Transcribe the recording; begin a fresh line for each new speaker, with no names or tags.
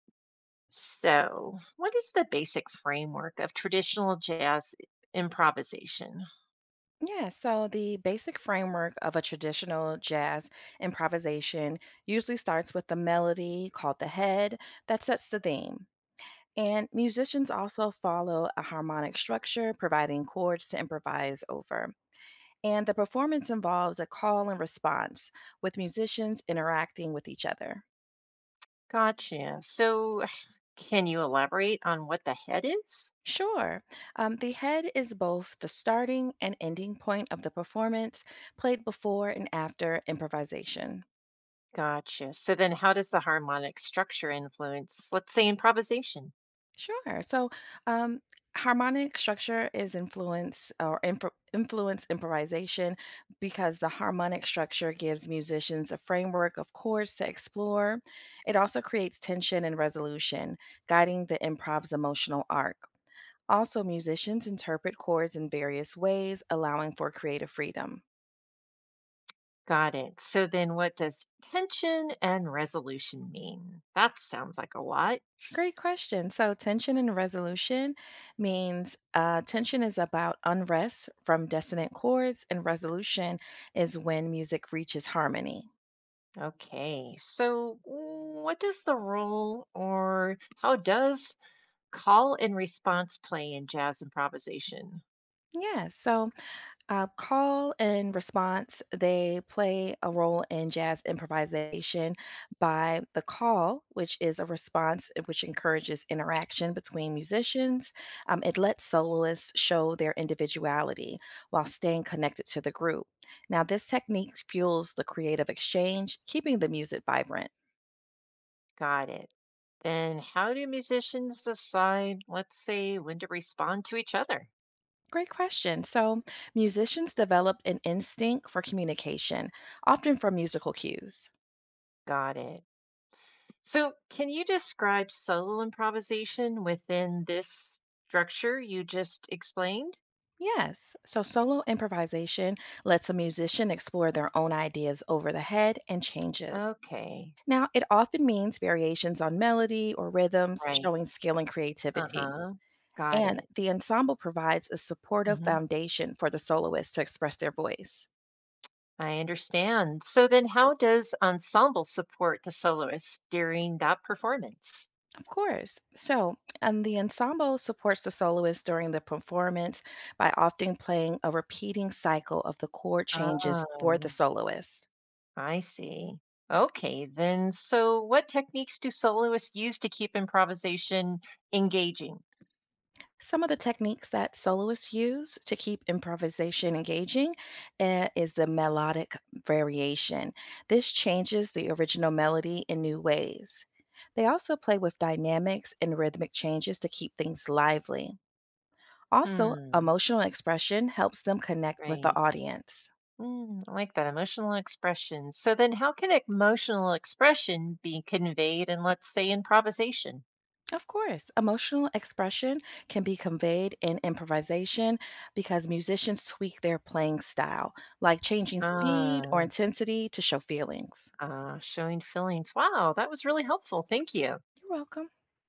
So, what is the basic framework of traditional jazz improvisation?
Yeah, so the basic framework of a traditional jazz improvisation usually starts with the melody called the head that sets the theme. And musicians also follow a harmonic structure, providing chords to improvise over. And the performance involves a call and response, with musicians interacting with each other.
Gotcha. So, can you elaborate on what the head is?
Sure. The head is both the starting and ending point of the performance, played before and after improvisation.
Gotcha. So then, how does the harmonic structure influence, let's say, improvisation?
Sure. So, um, harmonic structure is influence or influence improvisation because the harmonic structure gives musicians a framework of chords to explore. It also creates tension and resolution, guiding the improv's emotional arc. Also, musicians interpret chords in various ways, allowing for creative freedom.
Got it. So then, what does tension and resolution mean? That sounds like a lot.
Great question. So, tension and resolution means tension is about unrest from dissonant chords, and resolution is when music reaches harmony.
Okay. So, what does the role, or how does call and response play in jazz improvisation?
Yeah. So, call and response, they play a role in jazz improvisation by the call, which is a response, which encourages interaction between musicians. It lets soloists show their individuality while staying connected to the group. Now, this technique fuels the creative exchange, keeping the music vibrant.
Got it. Then how do musicians decide, let's say, when to respond to each other?
Great question. So, musicians develop an instinct for communication, often from musical cues.
Got it. So, can you describe solo improvisation within this structure you just explained?
Yes. So solo improvisation lets a musician explore their own ideas over the head and changes.
Okay,
Now, it often means variations on melody or rhythms,
right.
showing skill and
Uh
creativity.
huh. Got
And
it.
the ensemble provides a supportive
Hmm.
foundation for the soloist to express their voice.
I understand. So then, how does ensemble support the soloist during that performance?
Of course. So, and the ensemble supports the soloist during the performance by often playing a repeating cycle of the chord changes for
Ah,
the soloist.
I see. Okay, then. So, what techniques do soloists use to keep improvisation engaging?
Some of the techniques that soloists use to keep improvisation engaging, is the melodic variation. This changes the original melody in new ways. They also play with dynamics and rhythmic changes to keep things lively. Also,
Hmm.
emotional expression helps them connect with
Right.
the audience.
Mm, I like that emotional expression. So then, how can emotional expression be conveyed in, let's say, improvisation?
Of course, emotional expression can be conveyed in improvisation because musicians tweak their playing style, like changing speed or
Ah,
intensity to show feelings.
showing feelings. Wow, that was really helpful. Thank you.
You're welcome.